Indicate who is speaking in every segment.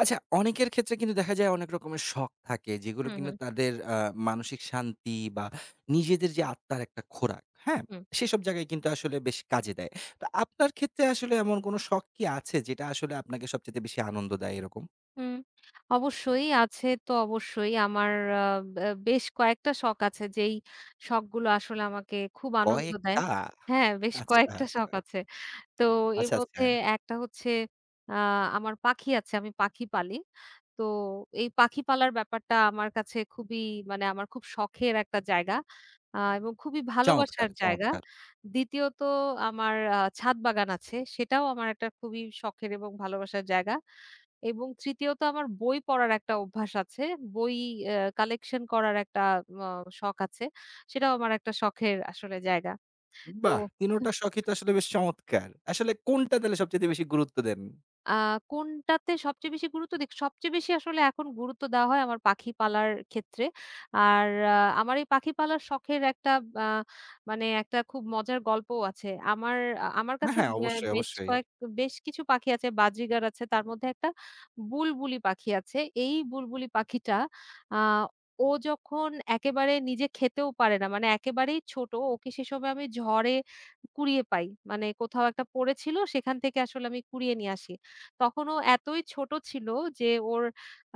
Speaker 1: আচ্ছা, অনেকের ক্ষেত্রে কিন্তু দেখা যায় অনেক রকমের শখ থাকে যেগুলো
Speaker 2: হুম,
Speaker 1: কিন্তু
Speaker 2: হুম,
Speaker 1: তাদের মানসিক শান্তি বা নিজেদের যে আত্মার একটা খোরাক, হ্যাঁ?
Speaker 2: হুম,
Speaker 1: সেসব জায়গায় কিন্তু আসলে বেশ কাজে দেয়। তো আপনার ক্ষেত্রে আসলে এমন কোনো শখ কি আছে যেটা আসলে আপনাকে সবচাইতে বেশি আনন্দ দেয় এরকম?
Speaker 2: হুম। অবশ্যই আছে তো অবশ্যই। আমার আ বে বেশ কয়েকটা শখ আছে যেই শখগুলো আসলে আমাকে খুব আনন্দ দেয়।
Speaker 1: কয়েকটা?
Speaker 2: হ্যাঁ, বেশ
Speaker 1: আচ্ছা,
Speaker 2: কয়েকটা শখ আছে। তো এর
Speaker 1: আচ্ছা, আচ্ছা।
Speaker 2: মধ্যে একটা হচ্ছে আ আমার পাখি আছে, আমি পাখি পালি। তো এই পাখি পালার ব্যাপারটা আমার কাছে খুবই মানে আমার খুব শখের একটা জায়গা এবং খুবই
Speaker 1: চমৎকার,
Speaker 2: ভালোবাসার জায়গা।
Speaker 1: চমৎকার।
Speaker 2: দ্বিতীয়ত আমার ছাদ বাগান আছে। সেটাও আমার একটা খুবই শখের এবং ভালোবাসার জায়গা। এবং তৃতীয়ত আমার বই পড়ার একটা অভ্যাস আছে। বই কালেকশন করার একটা ম শখ আছে। সেটাও আমার একটা শখের আসলে জায়গা। তো
Speaker 1: বাহ! ৩ টা শখই তো আসলে বেশ চমৎকার। আসলে কোনটা তাহলে সবচাইতে বেশি গুরুত্ব দেন?
Speaker 2: আ কোনটাতে সবচেয়ে বেশি গুরুত্ব দিক সবচেয়ে বেশি আসলে এখন গুরুত্ব দেওয়া হয় আমার পাখি পালার ক্ষেত্রে। আর আমার এই পাখি পালার শখের একটা আ মানে একটা খুব মজার গল্পও আছে। আমার
Speaker 1: হ্যাঁ,
Speaker 2: কাছে
Speaker 1: হ্যাঁ,
Speaker 2: ব্যা
Speaker 1: অবশ্যই,
Speaker 2: বেশ
Speaker 1: অবশ্যই।
Speaker 2: কয়েক বেশ কিছু পাখি আছে, বাজিগার আছে, তার মধ্যে একটা বুলবুলি পাখি আছে। এই বুলবুলি পাখিটা আ ও যখন একেবারে নিজে খেতেও পারে না, মানে একেবারেই ছোট, ওকে সে সময় আমি ঝড়ে কুড়িয়ে পাই। মানে কোথাও একটা পড়েছিল, সেখান থেকে আসলে আমি কুড়িয়ে নিয়ে আসি। তখন ও এতই ছোট ছিল যে ওর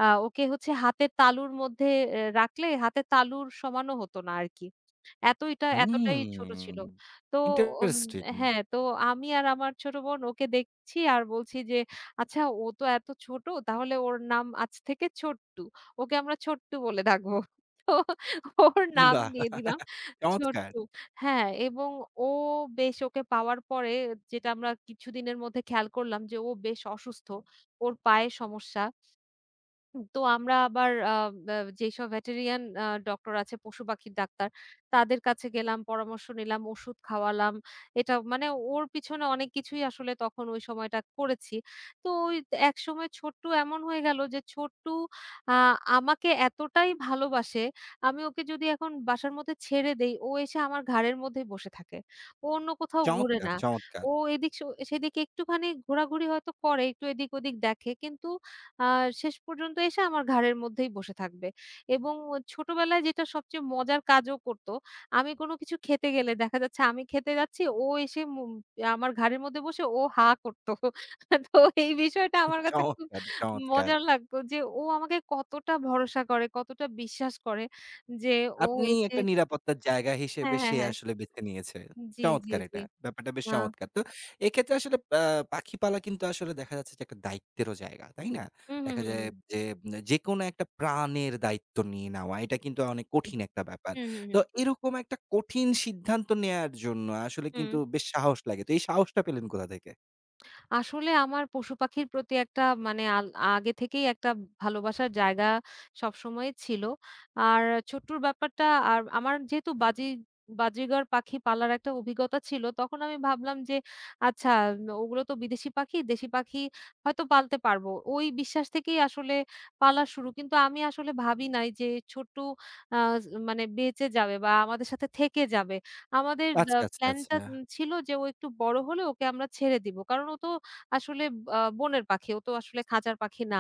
Speaker 2: আ ওকে হচ্ছে হাতের তালুর মধ্যে রাখলে হাতের তালুর সমানও হতো না আরকি। এতটাই ছোট
Speaker 1: হুম,
Speaker 2: ছিল। তো উম
Speaker 1: ইন্টারেস্টিং।
Speaker 2: হ্যাঁ, তো আমি আর আমার ছোট বোন ওকে দেখছি আর বলছি যে, "আচ্ছা ও তো এত ছোট তাহলে ওর নাম আজ থেকে ছোট্টু। ওকে আমরা ছোট্টু বলে ডাকবো।" তো ওর নাম
Speaker 1: বাহ!
Speaker 2: দিয়ে দিলাম
Speaker 1: চমৎকার।
Speaker 2: ছোট্টু। হ্যাঁ, এবং ও বেশ ওকে পাওয়ার পরে যেটা আমরা কিছুদিনের মধ্যে খেয়াল করলাম যে ও বেশ অসুস্থ। ওর পায়ে সমস্যা। তো আমরা আবার আ বা যেসব ভেটেরিয়ান ডক্টর আছে পশু-পাখির ডাক্তার, তাদের কাছে গেলাম, পরামর্শ নিলাম, ওষুধ খাওয়ালাম। এটা মানে ওর পিছনে অনেক কিছুই আসলে তখন ওই সময়টা করেছি। তো ওই একসময় ছোট্টু এমন হয়ে গেল যে ছোট্টু আ আমাকে এতটাই ভালোবাসে, আমি ওকে যদি এখন বাসার মধ্যে ছেড়ে দেই, ও এসে আমার ঘাড়ের মধ্যেই বসে থাকে। ও অন্য কোথাও ঘোরে
Speaker 1: চমৎকার,
Speaker 2: না।
Speaker 1: চমৎকার,
Speaker 2: ও এদিক সেদিকে একটুখানি ঘোরাঘুরি হয়তো করে, একটু এদিক-ওদিক দেখে কিন্তু আ শেষ পর্যন্ত এসে আমার ঘাড়ের মধ্যেই বসে থাকবে। এবং ছোটবেলায় যেটা সবচেয়ে মজার কাজও করত, আমি কোনো কিছু খেতে গেলে দেখা যাচ্ছে আমি খেতে যাচ্ছি, ও এসে আমার ঘাড়ের মধ্যে বসে ও হা করত। তো এই বিষয়টা আমার কাছে খুব
Speaker 1: চমৎকার, চমৎকার।
Speaker 2: মজার লাগতো যে ও আমাকে কতটা ভরসা করে, কতটা বিশ্বাস করে যে ও
Speaker 1: আপনি
Speaker 2: এসে।
Speaker 1: একটা নিরাপত্তার জায়গা
Speaker 2: হ্যাঁ,
Speaker 1: হিসেবে
Speaker 2: হ্যাঁ,
Speaker 1: সে
Speaker 2: হ্যাঁ।
Speaker 1: আসলে বেছে নিয়েছে।
Speaker 2: জি, জি,
Speaker 1: চমৎকার
Speaker 2: জি।
Speaker 1: এটা। ব্যাপারটা বেশ
Speaker 2: আ
Speaker 1: চমৎকার। তো এক্ষেত্রে আসলে পাখি পালা কিন্তু আসলে দেখা যাচ্ছে যে একটা দায়িত্বেরও জায়গা। তাই না?
Speaker 2: হু, হু,
Speaker 1: দেখা
Speaker 2: হু,
Speaker 1: যায়
Speaker 2: হু।
Speaker 1: যে যেকোনো একটা প্রাণের দায়িত্ব নিয়ে নেওয়া এটা কিন্তু অনেক কঠিন একটা ব্যাপার।
Speaker 2: হু, হু, হু।
Speaker 1: তো এরকম একটা কঠিন সিদ্ধান্ত নেয়ার জন্য আসলে
Speaker 2: হুম।
Speaker 1: কিন্তু বেশ সাহস লাগে। তো এই সাহসটা পেলেন কোথা থেকে?
Speaker 2: আসলে আমার পশুপাখির প্রতি একটা মানে আগে থেকেই একটা ভালোবাসার জায়গা সবসময়ই ছিল। আর ছোট্টুর ব্যাপারটা আর আমার যেহেতু বাজিঘর পাখি পালার একটা অভিজ্ঞতা ছিল, তখন আমি ভাবলাম যে আচ্ছা ওগুলো তো বিদেশি পাখি, দেশি পাখি হয়তো পালতে পারবো। ওই বিশ্বাস থেকেই আসলে পালা শুরু। কিন্তু আমি আসলে ভাবি নাই যে ছোট্টু আ মানে বেঁচে যাবে বা আমাদের সাথে থেকে যাবে। আমাদের
Speaker 1: আচ্ছা, আচ্ছা,
Speaker 2: প্ল্যানটা
Speaker 1: আচ্ছা।
Speaker 2: ছিল যে ও একটু বড় হলে ওকে আমরা ছেড়ে দিব। কারণ ও তো আসলে বনের পাখি। ও তো আসলে খাঁচার পাখি না।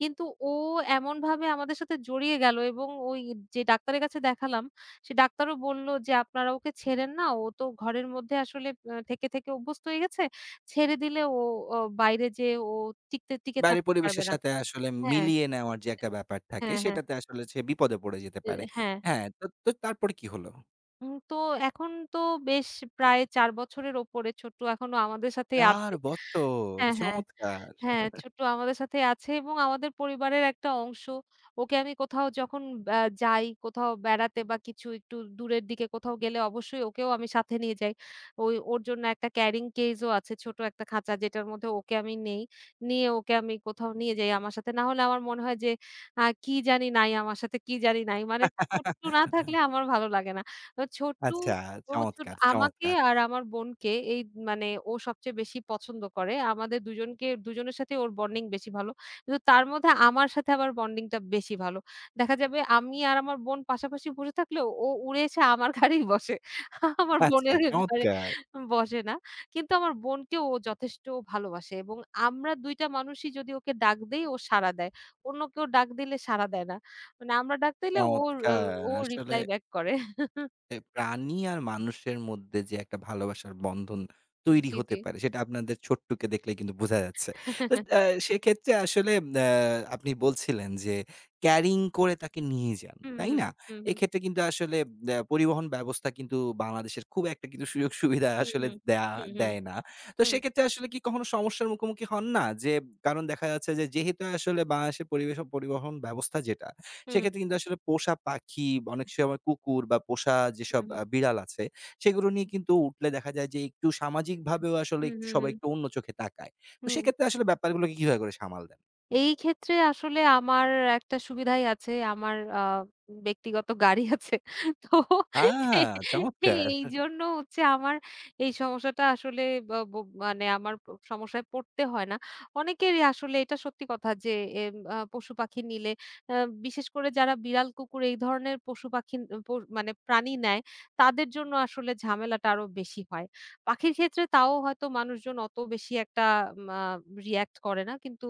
Speaker 2: কিন্তু ও এমনভাবে আমাদের সাথে জড়িয়ে গেল এবং ওই যে ডাক্তারের কাছে দেখালাম, সে ডাক্তারও বলল যে, "আপনারা ওকে ছেড়েন না। ও তো ঘরের মধ্যে আসলে থেকে অভ্যস্ত হয়ে গেছে। ছেড়ে দিলে ও বাইরে যেয়ে ও টিকে
Speaker 1: বাইরের
Speaker 2: থাকতে পারবে
Speaker 1: পরিবেশের
Speaker 2: না।"
Speaker 1: সাথে আসলে
Speaker 2: হ্যাঁ,
Speaker 1: মিলিয়ে নেওয়ার যে একটা ব্যাপার থাকে,
Speaker 2: হ্যাঁ, হ্যাঁ।
Speaker 1: সেটাতে আসলে সে বিপদে পড়ে যেতে
Speaker 2: এ
Speaker 1: পারে।
Speaker 2: হ্যাঁ।
Speaker 1: হ্যাঁ, তো তো তারপরে কি হলো?
Speaker 2: তো এখন তো বেশ প্রায় ৪ বছরের ওপরে ছোট্টু এখনো আমাদের সাথেই
Speaker 1: ৪
Speaker 2: আছে।
Speaker 1: বছর!
Speaker 2: হ্যাঁ, হ্যাঁ।
Speaker 1: চমৎকার!
Speaker 2: হ্যাঁ, ছোট্ট আমাদের সাথে আছে এবং আমাদের পরিবারের একটা অংশ। ওকে আমি কোথাও যখন যাই, কোথাও বেড়াতে বা কিছু একটু দূরের দিকে কোথাও গেলে অবশ্যই ওকেও আমি সাথে নিয়ে যাই। ওই ওর জন্য একটা ক্যারিং কেস ও আছে ছোট একটা খাঁচা যেটার মধ্যে ওকে আমি নেই। নিয়ে ওকে আমি কোথাও নিয়ে যাই আমার সাথে। না হলে আমার মনে হয় যে কি জানি নাই আমার সাথে, কি জানি নাই। মানে ছোট্টু না থাকলে আমার ভালো লাগে না। তো ছোট্টু
Speaker 1: আচ্ছা,
Speaker 2: ও
Speaker 1: চমৎকার,
Speaker 2: আমাকে
Speaker 1: চমৎকার!
Speaker 2: আর আমার বোনকে এই মানে ও সবচেয়ে বেশি পছন্দ করে। আমাদের দুজনকে দুজনের সাথেই ওর বন্ডিং বেশি ভালো। কিন্তু তার মধ্যে আমার সাথে আবার বন্ডিংটা বেশি ভালো। দেখা যাবে আমি আর আমার বোন পাশাপাশি বসে থাকলেও ও উড়ে এসে আমার ঘাড়েই বসে। আমার
Speaker 1: আচ্ছা,
Speaker 2: বোনের ঘাড়ে
Speaker 1: চমৎকার,
Speaker 2: বসে না। কিন্তু আমার বোনকেও ও যথেষ্ট ভালোবাসে এবং আমরা ২ টা মানুষই যদি ওকে ডাক দেই ও সাড়া দেয়। অন্য কেউ ডাক দিলে সাড়া দেয় না। মানে আমরা ডাক দিলে
Speaker 1: চমৎকার!
Speaker 2: ও
Speaker 1: আসলে
Speaker 2: রিপ্লাই ব্যাক করে।
Speaker 1: এ প্রাণী আর মানুষের মধ্যে যে একটা ভালোবাসার বন্ধন তৈরি
Speaker 2: জি, জি।
Speaker 1: হতে পারে সেটা আপনাদের ছোট্টুকে দেখলেই কিন্তু বোঝা যাচ্ছে। তো সেক্ষেত্রে আসলে আ আপনি বলছিলেন যে ক্যারিং করে তাকে নিয়ে যান।
Speaker 2: হুম,
Speaker 1: তাই
Speaker 2: হুম,
Speaker 1: না?
Speaker 2: হুম, হুম,
Speaker 1: এক্ষেত্রে কিন্তু আসলে পরিবহন ব্যবস্থা কিন্তু বাংলাদেশের খুব একটা কিন্তু সুযোগ সুবিধা
Speaker 2: হুম,
Speaker 1: আসলে
Speaker 2: হুম,
Speaker 1: দেয়া
Speaker 2: হুম, হুম,
Speaker 1: দেয় না। তো
Speaker 2: হুম,
Speaker 1: সেক্ষেত্রে আসলে কি কখনো সমস্যার মুখোমুখি হন না? যে কারণ দেখা যাচ্ছে যে যেহেতু আসলে বাংলাদেশের পরিবেশ ও পরিবহন ব্যবস্থা যেটা
Speaker 2: হুম,
Speaker 1: সেক্ষেত্রে কিন্তু আসলে পোষা পাখি, অনেক সময় কুকুর বা পোষা যেসব
Speaker 2: হুম, হুম,
Speaker 1: বিড়াল আছে, সেগুলো নিয়ে কিন্তু উঠলে দেখা যায় যে একটু সামাজিকভাবেও আসলে
Speaker 2: হুম, হুম,
Speaker 1: একটু
Speaker 2: হুম,
Speaker 1: সবাই
Speaker 2: হুম,
Speaker 1: একটু অন্য চোখে তাকায়। তো
Speaker 2: হুম।
Speaker 1: সেক্ষেত্রে আসলে ব্যাপারগুলোকে কিভাবে করে সামাল দেন?
Speaker 2: এই ক্ষেত্রে আসলে আমার একটা সুবিধাই আছে। আমার ব্যক্তিগত গাড়ি আছে। তো
Speaker 1: আ চমৎকার!
Speaker 2: এইজন্য হচ্ছে আমার এই সমস্যাটা আসলে ব ব মানে আমার সমস্যায় পড়তে হয় না। অনেকেরই আসলে এটা সত্যি কথা যে এম আ পশুপাখি নিলে আ বিশেষ করে যারা বিড়াল, কুকুর এই ধরনের পশুপাখি প মানে প্রাণী নেয় তাদের জন্য আসলে ঝামেলাটা আরো বেশি হয়। পাখির ক্ষেত্রে তাও হয়তো মানুষজন অত বেশি একটা মা রিঅ্যাক্ট করে না। কিন্তু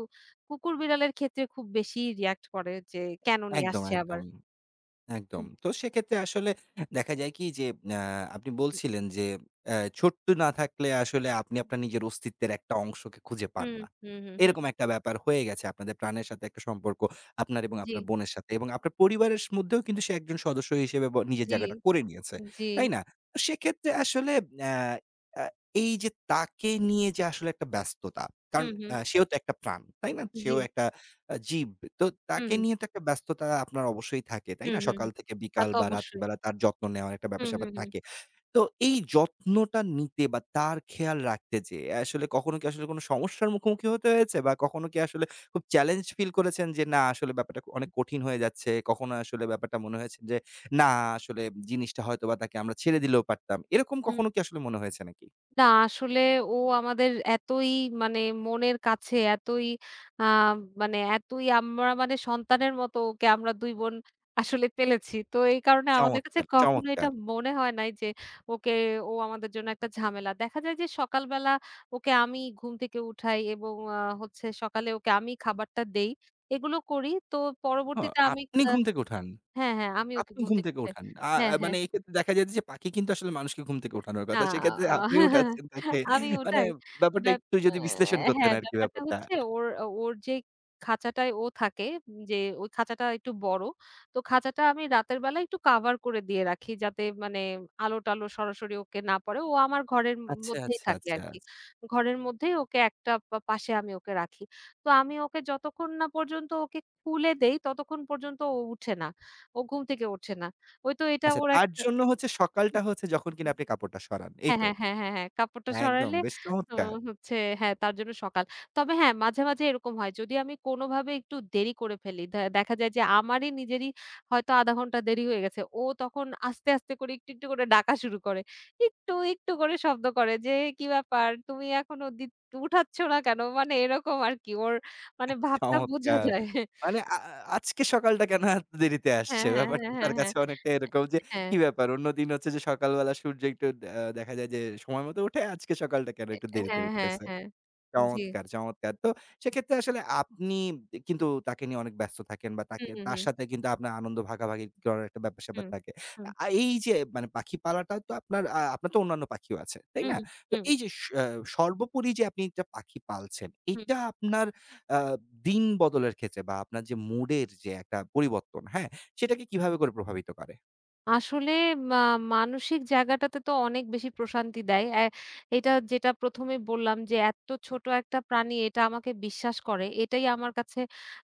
Speaker 2: কুকুর বিড়ালের ক্ষেত্রে খুব বেশি রিঅ্যাক্ট করে যে কেন নিয়ে
Speaker 1: একদম,
Speaker 2: আসছে আবার।
Speaker 1: একদম। একদম।
Speaker 2: হুম,
Speaker 1: তো সেক্ষেত্রে আসলে দেখা যায় কি যে আ আপনি বলছিলেন যে ছোট্ট না থাকলে আসলে আপনি আপনার নিজের অস্তিত্বের একটা অংশকে খুঁজে পান
Speaker 2: হুম,
Speaker 1: না।
Speaker 2: হুম, হুম, হুম, হুম।
Speaker 1: এরকম একটা ব্যাপার হয়ে গেছে আপনাদের প্রাণের সাথে একটা সম্পর্ক আপনার এবং
Speaker 2: জি,
Speaker 1: আপনার বোনের সাথে এবং আপনার পরিবারের স মধ্যেও কিন্তু সে একজন সদস্য হিসেবে ব নিজের
Speaker 2: জি,
Speaker 1: জায়গাটা করে নিয়েছে।
Speaker 2: জি,
Speaker 1: তাই না? তো সেক্ষেত্রে আসলে অ্যা আ এই যে তাকে নিয়ে যে আসলে একটা ব্যস্ততা। কারণ
Speaker 2: হুম, হুম,
Speaker 1: সেও তো একটা প্রাণ। তাই না?
Speaker 2: জি,
Speaker 1: সেও একটা জি, তো
Speaker 2: হুম,
Speaker 1: তাকে
Speaker 2: হুম,
Speaker 1: নিয়ে তো একটা ব্যস্ততা আপনার অবশ্যই থাকে, তাই
Speaker 2: হুম,
Speaker 1: না?
Speaker 2: হুম,
Speaker 1: সকাল
Speaker 2: হুম।
Speaker 1: থেকে
Speaker 2: তা
Speaker 1: বিকাল
Speaker 2: তো
Speaker 1: বা
Speaker 2: অবশ্যই।
Speaker 1: রাত্রিবেলা তার যত্ন নেওয়ার একটা
Speaker 2: হুম,
Speaker 1: ব্যাপার-স্যাপার
Speaker 2: হুম, হুম,
Speaker 1: থাকে। তো এই যত্নটা নিতে বা তার খেয়াল রাখতে যেয়ে আসলে কখনো কি আসলে কোনো সমস্যার মুখোমুখি হতে হয়েছে? বা কখনো কি আসলে খুব চ্যালেঞ্জ ফিল করেছেন যে, না আসলে ব্যাপারটা অনেক কঠিন হয়ে যাচ্ছে? কখনো আসলে ব্যাপারটা মনে হয়েছে যে, না আসলে জিনিসটা হয়তোবা তাকে আমরা ছেড়ে দিলেও পারতাম। এরকম
Speaker 2: হুম।
Speaker 1: কখনো কি আসলে মনে হয়েছে নাকি?
Speaker 2: না আসলে ও আমাদের এতই মানে মনের কাছে এতই আ মানে এতই আমরা মানে সন্তানের মতো ওকে আমরা ২ বোন আসলে পেলেছি। তো এই কারণে আমাদের কাছে
Speaker 1: চমৎকার,
Speaker 2: কখনো এটা
Speaker 1: চমৎকার।
Speaker 2: মনে হয় নাই যে ওকে ও আমাদের জন্য একটা ঝামেলা। দেখা যায় যে সকালবেলা ওকে আমি ঘুম থেকে উঠাই এবং হচ্ছে সকালে ওকে আমি খাবারটা দেই। এগুলো করি। তো
Speaker 1: হ
Speaker 2: পরবর্তীতে আমি
Speaker 1: আপনি ঘুম থেকে উঠান।
Speaker 2: হ্যাঁ, হ্যাঁ আমি ওকে
Speaker 1: আপনি
Speaker 2: ঘুম
Speaker 1: ঘুম
Speaker 2: থেকে
Speaker 1: থেকে
Speaker 2: উঠাই।
Speaker 1: উঠান। আ আ
Speaker 2: হ্যাঁ, হ্যাঁ।
Speaker 1: মানে এক্ষেত্রে দেখা যায় যে পাখি কিন্তু আসলে মানুষকে ঘুম থেকে উঠানোর
Speaker 2: না
Speaker 1: কথা। সেক্ষেত্রে আপনি উঠাচ্ছেন তাকে।
Speaker 2: আমি
Speaker 1: মানে
Speaker 2: ওটাই।
Speaker 1: ব্যাপারটা
Speaker 2: ব্যাপ
Speaker 1: একটু
Speaker 2: অ্যা
Speaker 1: যদি বিশ্লেষণ করতেন
Speaker 2: হ্যাঁ,
Speaker 1: আরকি
Speaker 2: ব্যাপারটা
Speaker 1: ব্যাপারটা।
Speaker 2: হচ্ছে ওর ওর খাঁচাটায় ও থাকে যে ওই খাঁচাটা একটু বড়। তো খাঁচাটা আমি রাতের বেলা একটু কাভার করে দিয়ে রাখি যাতে মানে আলো-টালো সরাসরি ওকে না পড়ে। ও আমার ঘরের
Speaker 1: আচ্ছা,
Speaker 2: মধ্যেই
Speaker 1: আচ্ছা,
Speaker 2: থাকে
Speaker 1: আচ্ছা।
Speaker 2: আরকি। ঘরের মধ্যেই ওকে একটা পাশে আমি ওকে রাখি। তো আমি ওকে যতক্ষণ না পর্যন্ত ওকে খুলে দেই ততক্ষণ পর্যন্ত ও উঠে না। ও ঘুম থেকে ওঠে না। ওই তো এটা
Speaker 1: আচ্ছা
Speaker 2: ওর
Speaker 1: তার
Speaker 2: একটা।
Speaker 1: জন্য হচ্ছে সকালটা হচ্ছে যখন কিনা আপনি কাপড়টা সরান। এই
Speaker 2: হ্যাঁ,
Speaker 1: তো?
Speaker 2: হ্যাঁ, হ্যাঁ, হ্যাঁ, হ্যাঁ। কাপড়টা
Speaker 1: একদম
Speaker 2: সরাইলে
Speaker 1: বেশ
Speaker 2: তো
Speaker 1: চমৎকার।
Speaker 2: হচ্ছে হ্যাঁ, তার জন্য সকাল। তবে হ্যাঁ, মাঝে, মাঝে এরকম হয়। যদি আমি কোনোভাবে একটু দেরি করে ফেলি, দেখা যায় যে আমারই নিজেরই হয়তো ০.৫ ঘন্টা দেরি হয়ে গেছে। ও তখন আস্তে, আস্তে করে একটু, একটু করে ডাকা শুরু করে। একটু, একটু করে শব্দ করে যে, "কি ব্যাপার? তুমি এখনো উঠাচ্ছ না কেন?" মানে এরকম আরকি। ওর মানে ভাবটা বোঝা
Speaker 1: চমৎকার!
Speaker 2: যায়।
Speaker 1: মানে আ আ- আজকে সকালটা কেন এত দেরিতে
Speaker 2: হ্যাঁ,
Speaker 1: আসছে?
Speaker 2: হ্যাঁ,
Speaker 1: ব্যাপারটা
Speaker 2: হ্যাঁ, হ্যাঁ,
Speaker 1: তার
Speaker 2: হ্যাঁ।
Speaker 1: কাছে অনেকটা এরকম যে,
Speaker 2: হ্যাঁ,
Speaker 1: কি ব্যাপার? অন্যদিন হচ্ছে যে সকালবেলা সূর্য একটু দেখা যায় যে সময় মতো উঠে, আজকে সকালটা কেন একটু দেরিতে
Speaker 2: হ্যাঁ, হ্যাঁ,
Speaker 1: উঠতেছে?
Speaker 2: হ্যাঁ। জি।
Speaker 1: চমৎকার, চমৎকার! তো সেক্ষেত্রে আসলে আপনি কিন্তু তাকে নিয়ে অনেক ব্যস্ত থাকেন বা তাকে
Speaker 2: হুম,
Speaker 1: তার
Speaker 2: হুম,
Speaker 1: সাথে কিন্তু আপনার আনন্দ ভাগাভাগি করার একটা ব্যাপার-স্যাপার
Speaker 2: হুম,
Speaker 1: থাকে।
Speaker 2: হুম,
Speaker 1: এই যে মানে পাখি পালাটা তো আপনার আপনার তো অন্যান্য পাখিও আছে, তাই না?
Speaker 2: হুম,
Speaker 1: তো
Speaker 2: হুম,
Speaker 1: এই যে স আহ, সর্বোপরি যে আপনি একটা পাখি পালছেন,
Speaker 2: হুম।
Speaker 1: এটা আপনার আ দিন বদলের ক্ষেত্রে বা আপনার যে মুডের যে একটা পরিবর্তন, হ্যাঁ? সেটাকে কিভাবে করে প্রভাবিত করে?
Speaker 2: আসলে মা মানসিক জায়গাটাতে তো অনেক বেশি প্রশান্তি দেয়। এটা যেটা ১ম এই বললাম যে, এত ছোট একটা প্রাণী এটা আমাকে বিশ্বাস করে। এটাই আমার কাছে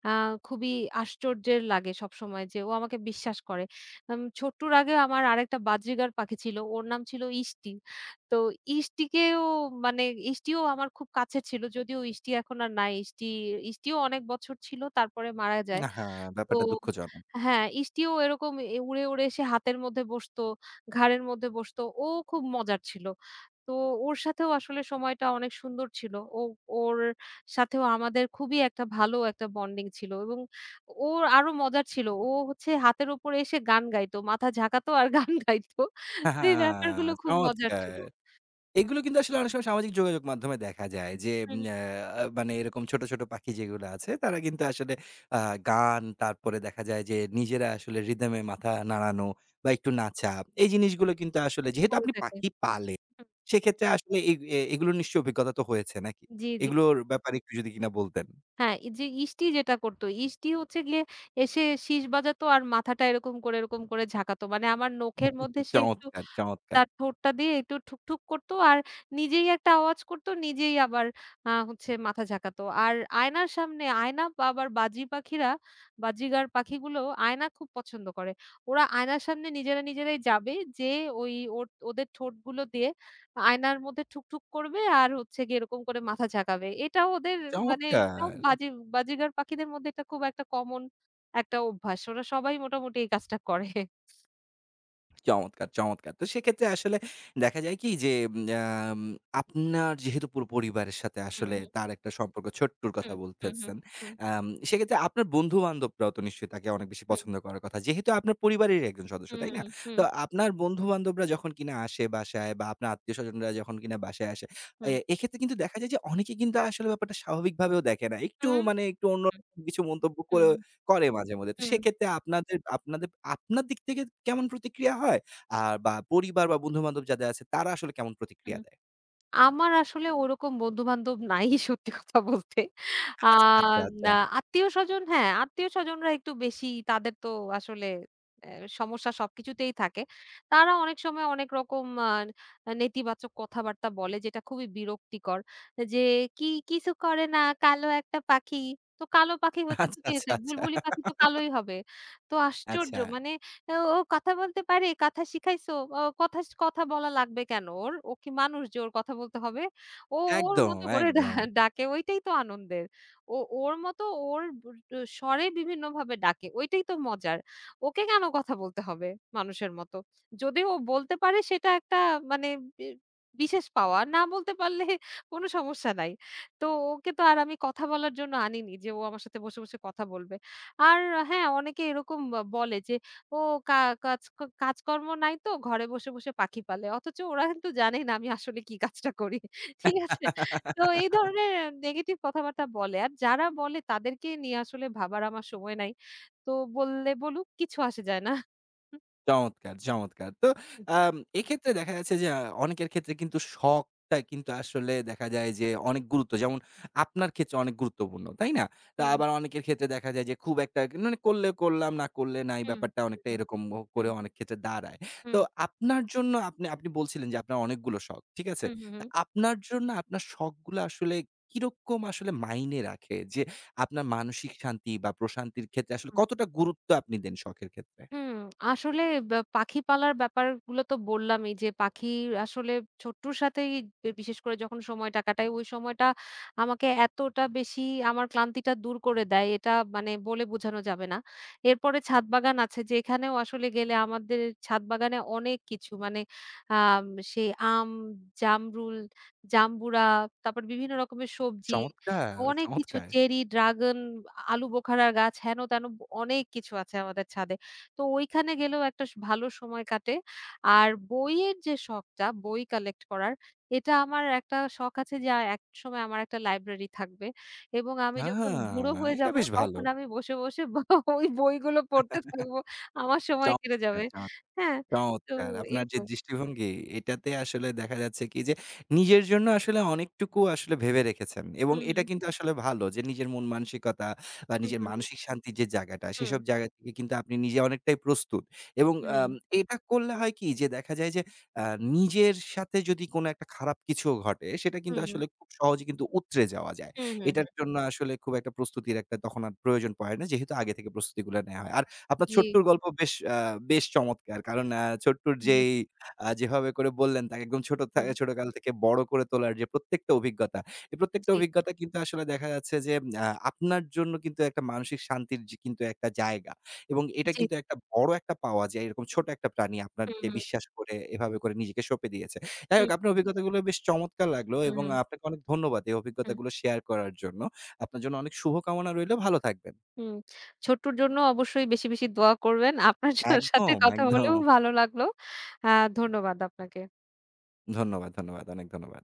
Speaker 2: আ খুবই আশ্চর্যের লাগে সবসময় যে, ও আমাকে বিশ্বাস করে। ছোট্টুর আগে আমার আরেকটা বাজরিগার পাখি ছিল। ওর নাম ছিল ইষ্টি। তো ইষ্টিকেও মানে ইষ্টিও আমার খুব কাছের ছিল। যদিও ইষ্টি এখন আর নাই। ইষ্টিও অনেক বছর ছিল তারপরে মারা যায়।
Speaker 1: আহা!
Speaker 2: তো
Speaker 1: ব্যাপারটা দুঃখজনক।
Speaker 2: হ্যাঁ, ইষ্টিও এরকম উড়ে, উড়ে এসে হাতের মধ্যে বসতো, ঘাড়ের মধ্যে বসতো। ও খুব মজার ছিল। তো ওর সাথেও আসলে সময়টা অনেক সুন্দর ছিল। ওর সাথেও আমাদের খুবই একটা ভালো একটা বন্ডিং ছিল এবং ওর আরো মজার ছিল। ও হচ্ছে হাতের উপরে এসে গান গাইতো। মাথা ঝাঁকাতো আর গান গাইতো। তো
Speaker 1: আহা!
Speaker 2: এই ব্যাপারগুলো খুব মজার ছিল।
Speaker 1: চমৎকার! এগুলো কিন্তু আসলে অনেক সময় সামাজিক যোগাযোগ মাধ্যমে দেখা যায় যে
Speaker 2: হুম,
Speaker 1: উম
Speaker 2: হুম।
Speaker 1: আ মানে এরকম ছোট, ছোট পাখি যেগুলো আছে তারা কিন্তু আসলে আ গান তারপরে দেখা যায় যে নিজেরা আসলে রিদম এ মাথা নাড়ানো বা একটু নাচা। এই জিনিসগুলো কিন্তু আসলে যেহেতু
Speaker 2: করে
Speaker 1: আপনি
Speaker 2: থাকে।
Speaker 1: পাখি পালেন,
Speaker 2: হুম।
Speaker 1: সেক্ষেত্রে আসলে এগ এ এগুলোর নিশ্চয়ই অভিজ্ঞতা তো হয়েছে নাকি?
Speaker 2: জি, জি।
Speaker 1: এগুলোর ব্যাপারে একটু যদি কিনা বলতেন।
Speaker 2: হ্যাঁ, এই যে ইষ্টি যেটা করতো, ইষ্টি হচ্ছে গিয়ে এসে শিস বাজাতো আর মাথাটা এরকম করে, এরকম করে ঝাঁকাতো। মানে আমার নখের মধ্যে সে একটু
Speaker 1: চমৎকার, চমৎকার,
Speaker 2: তার ঠোঁটটা দিয়ে একটু ঠুক-ঠুক করত। আর নিজেই একটা আওয়াজ করত, নিজেই আবার হচ্ছে মাথা ঝাঁকাতো। আর আয়নার সামনে আয়না বা আবার বাজিগার পাখিগুলো আয়না খুব পছন্দ করে। ওরা আয়নার সামনে নিজেরা, নিজেরাই যাবে, যেয়ে ওই ওর ওদের ঠোঁটগুলো দিয়ে আয়নার মধ্যে ঠুক-ঠুক করবে আর হচ্ছে গিয়ে এরকম করে মাথা ঝাঁকাবে। এটা ওদের মানে সব
Speaker 1: চমৎকার,
Speaker 2: বাজিগার পাখিদের মধ্যে এটা খুব একটা কমন একটা অভ্যাস। ওরা সবাই মোটামুটি এই কাজটা করে।
Speaker 1: চমৎকার, চমৎকার। তো সেক্ষেত্রে আসলে দেখা যায় কি যে আম আপনার যেহেতু পুরো পরিবারের সাথে
Speaker 2: হুম,
Speaker 1: আসলে
Speaker 2: হুম,
Speaker 1: তার একটা সম্পর্ক ছোট্টুর
Speaker 2: হুম,
Speaker 1: কথা
Speaker 2: হুম, হুম,
Speaker 1: বলতেছেন।
Speaker 2: হুম,
Speaker 1: সেক্ষেত্রে আপনার বন্ধু-বান্ধবরাও তো নিশ্চয়ই তাকে অনেক বেশি
Speaker 2: হুম।
Speaker 1: পছন্দ করার কথা। যেহেতু আপনার পরিবারেরই একজন সদস্য,
Speaker 2: হুম,
Speaker 1: তাই না?
Speaker 2: হুম, হুম,
Speaker 1: তো আপনার বন্ধু-বান্ধবরা যখন কিনা আসে বাসায় বা আপনার আত্মীয়স্বজনরা যখন কিনা বাসায় আসে, এ এক্ষেত্রে কিন্তু দেখা যায় যে অনেকে কিন্তু আসলে ব্যাপারটা স্বাভাবিকভাবেও দেখে না। একটু
Speaker 2: হুম,
Speaker 1: মানে একটু অন্যরকম কিছু মন্তব্য করে
Speaker 2: হুম,
Speaker 1: করে মাঝেমধ্যে। তো
Speaker 2: হুম,
Speaker 1: সেক্ষেত্রে আপনাদের আপনাদের আপনার দিক থেকে কেমন প্রতিক্রিয়া হয়? আর বা পরিবার বা বন্ধু-বান্ধব যাদের আছে তারা আসলে কেমন প্রতিক্রিয়া
Speaker 2: হুম।
Speaker 1: দেয়?
Speaker 2: আমার আসলে ওরকম বন্ধু-বান্ধব নাই সত্যি কথা বলতে। আ
Speaker 1: আচ্ছা, আচ্ছা, আচ্ছা।
Speaker 2: না, হ্যাঁ, আত্মীয়স্বজনরা একটু বেশি তাদের তো আসলে অ্যা সমস্যা সবকিছুতেই থাকে। তারা অনেক সময় অনেক রকম নেতিবাচক কথাবার্তা বলে যেটা খুবই বিরক্তিকর। যে কি কিছু করে না কালো একটা পাখি। তো কালো পাখি হচ্ছে তো
Speaker 1: আচ্ছা,
Speaker 2: কি
Speaker 1: আচ্ছা,
Speaker 2: হয়েছে?
Speaker 1: আচ্ছা।
Speaker 2: বুলবুলি পাখি তো কালোই হবে। তো আশ্চর্য
Speaker 1: আচ্ছা।
Speaker 2: মানে "ও ও কথা বলতে পারে? কথা শিখাইছো? ও কথা কথা বলা লাগবে কেন ওর? ও কি মানুষ যে ওর কথা বলতে হবে? ও ওর
Speaker 1: একদম,
Speaker 2: মতো করে
Speaker 1: একদম।
Speaker 2: ডাকে ওইটাই তো আনন্দের। ও ওর মতো ওর স্বরে বিভিন্নভাবে ডাকে ওইটাই তো মজার। ওকে কেন কথা বলতে হবে মানুষের মতো? যদি ও বলতে পারে সেটা একটা মানে বি বিশেষ পাওয়া। না বলতে পারলে কোনো সমস্যা নাই। তো ওকে তো আর আমি কথা বলার জন্য আনিনি যে ও আমার সাথে বসে, বসে কথা বলবে।" আর হ্যাঁ, অনেকে এরকম বলে যে ও কা কাজ কাজকর্ম নাই তো ঘরে বসে, বসে পাখি পালে। অথচ ওরা কিন্তু জানেই না আমি আসলে কি কাজটা করি। ঠিক আছে? তো এই ধরনের নেগেটিভ কথাবার্তা বলে। আর যারা বলে তাদেরকে নিয়ে আসলে ভাবার আমার সময় নাই। তো বললে বলুক কিছু আসে যায় না। হুম,
Speaker 1: চমৎকার, চমৎকার। তো এক্ষেত্রে দেখা যাচ্ছে যে অনেকের ক্ষেত্রে কিন্তু শখটা কিন্তু আসলে দেখা যায় যে অনেক গুরুত্ব যেমন আপনার ক্ষেত্রে অনেক গুরুত্বপূর্ণ, তাই না? তা
Speaker 2: হুম,
Speaker 1: আবার অনেকের ক্ষেত্রে দেখা যায় যে খুব একটা মানে করলে করলাম, না করলে নাই
Speaker 2: হুম,
Speaker 1: ব্যাপারটা
Speaker 2: হুম,
Speaker 1: অনেকটা
Speaker 2: হুম,
Speaker 1: এরকম ও করে
Speaker 2: হুম,
Speaker 1: অনেক ক্ষেত্রে দাঁড়ায়। তো
Speaker 2: হুম,
Speaker 1: আপনার জন্য আপনি আপনি বলছিলেন যে আপনার অনেকগুলো শখ, ঠিক আছে?
Speaker 2: হুম, হুম, হুম,
Speaker 1: তা
Speaker 2: হুম।
Speaker 1: আপনার জন্য আপনার শখগুলো আসলে কিরকম আসলে মাইনে রাখে? যে আপনার মানসিক শান্তি বা প্রশান্তির ক্ষেত্রে আসলে কতটা গুরুত্ব আপনি দেন শখের ক্ষেত্রে?
Speaker 2: হুম, আসলে বা পাখি পালার ব্যাপারগুলো তো বললামই যে পাখি আসলে ছোট্টুর সাথেই বিশেষ করে যখন সময়টা কাটাই, ওই সময়টা আমাকে এতটা বেশি আমার ক্লান্তিটা দূর করে দেয়, এটা মানে বলে বোঝানো যাবে না। এরপরে ছাদ বাগান আছে যেখানেও আসলে গেলে আমাদের ছাদ বাগানে অনেক কিছু মানে আম সেই আম, জামরুল, জাম্বুরা, তারপর বিভিন্ন রকমের সবজি,
Speaker 1: চমৎকার,
Speaker 2: অনেক কিছু
Speaker 1: চমৎকার।
Speaker 2: চেরি, ড্রাগন, আলু বোখারার গাছ, হেন তেন অনেক কিছু আছে আমাদের ছাদে। তো ওইখানে গেলেও একটা ভালো সময় কাটে। আর বইয়ের যে শখটা, বই কালেক্ট করার, এটা আমার একটা শখ আছে যে একসময় আমার একটা লাইব্রেরি থাকবে এবং আমি
Speaker 1: আ
Speaker 2: যখন বুড়ো হয়ে
Speaker 1: এটা
Speaker 2: যাব
Speaker 1: বেশ ভালো।
Speaker 2: তখন আমি বসে, বসে ওই বইগুলো পড়তে থাকব। আমার সময় কেটে
Speaker 1: চমৎকার,
Speaker 2: যাবে।
Speaker 1: চমৎকার।
Speaker 2: হ্যাঁ? তো
Speaker 1: চমৎকার!
Speaker 2: এই
Speaker 1: আপনার যে
Speaker 2: তো।
Speaker 1: দৃষ্টিভঙ্গি এটাতে আসলে দেখা যাচ্ছে কি যে, নিজের জন্য আসলে অনেকটুকু আসলে ভেবে রেখেছেন এবং
Speaker 2: হুম,
Speaker 1: এটা
Speaker 2: হুম,
Speaker 1: কিন্তু আসলে ভালো যে নিজের মন মানসিকতা বা
Speaker 2: হুম,
Speaker 1: নিজের
Speaker 2: হুম,
Speaker 1: মানসিক শান্তির যে জায়গাটা,
Speaker 2: হুম,
Speaker 1: সেসব জায়গা থেকে কিন্তু আপনি নিজে অনেকটাই প্রস্তুত এবং
Speaker 2: হুম,
Speaker 1: এটা করলে হয় কি যে দেখা যায় যে আ নিজের সাথে যদি কোনো একটা খারাপ কিছুও ঘটে, সেটা কিন্তু
Speaker 2: হুম, হুম,
Speaker 1: আসলে খুব সহজে কিন্তু উতরে যাওয়া যায়।
Speaker 2: হুম, হুম,
Speaker 1: এটার
Speaker 2: হুম,
Speaker 1: জন্য আসলে খুব একটা প্রস্তুতির একটা তখন আর প্রয়োজন পড়ে না। যেহেতু আগে থেকে প্রস্তুতিগুলা নেয়া হয়। আর আপনার
Speaker 2: জি,
Speaker 1: ছোট্টর গল্প বেশ আ আ বেশ চমৎকার। কারণ ছোট্টুর
Speaker 2: হুম, হুম,
Speaker 1: যেই যেভাবে করে বললেন তাকে একদম ছোট
Speaker 2: হুম,
Speaker 1: ছোট কাল থেকে বড় করে তোলার যে প্রত্যেকটা অভিজ্ঞতা, এই প্রত্যেকটা
Speaker 2: জি,
Speaker 1: অভিজ্ঞতা কিন্তু আসলে দেখা যাচ্ছে যে আপনার জন্য কিন্তু একটা মানসিক শান্তির যে কিন্তু একটা জায়গা এবং এটা
Speaker 2: জি,
Speaker 1: কিন্তু একটা বড় একটা পাওয়া যে এরকম ছোট একটা প্রাণী
Speaker 2: হুম,
Speaker 1: আপনাকে
Speaker 2: হুম,
Speaker 1: বিশ্বাস করে এভাবে করে নিজেকে সঁপে দিয়েছে। যাই
Speaker 2: হুম,
Speaker 1: হোক আপনার অভিজ্ঞতাগুলো বেশ চমৎকার লাগলো
Speaker 2: হুম,
Speaker 1: এবং
Speaker 2: হুম।
Speaker 1: আপনাকে অনেক ধন্যবাদ এই অভিজ্ঞতাগুলো শেয়ার করার জন্য। আপনার জন্য অনেক শুভকামনা রইলো। ভালো থাকবেন।
Speaker 2: হুম, ছোট্টুর জন্য অবশ্যই বেশি, বেশি দোয়া করবেন। আপনার সাথে
Speaker 1: একদম,
Speaker 2: কথা বলেও
Speaker 1: একদম।
Speaker 2: ভালো লাগলো। আ ধন্যবাদ আপনাকে।
Speaker 1: ধন্যবাদ, ধন্যবাদ। অনেক ধন্যবাদ।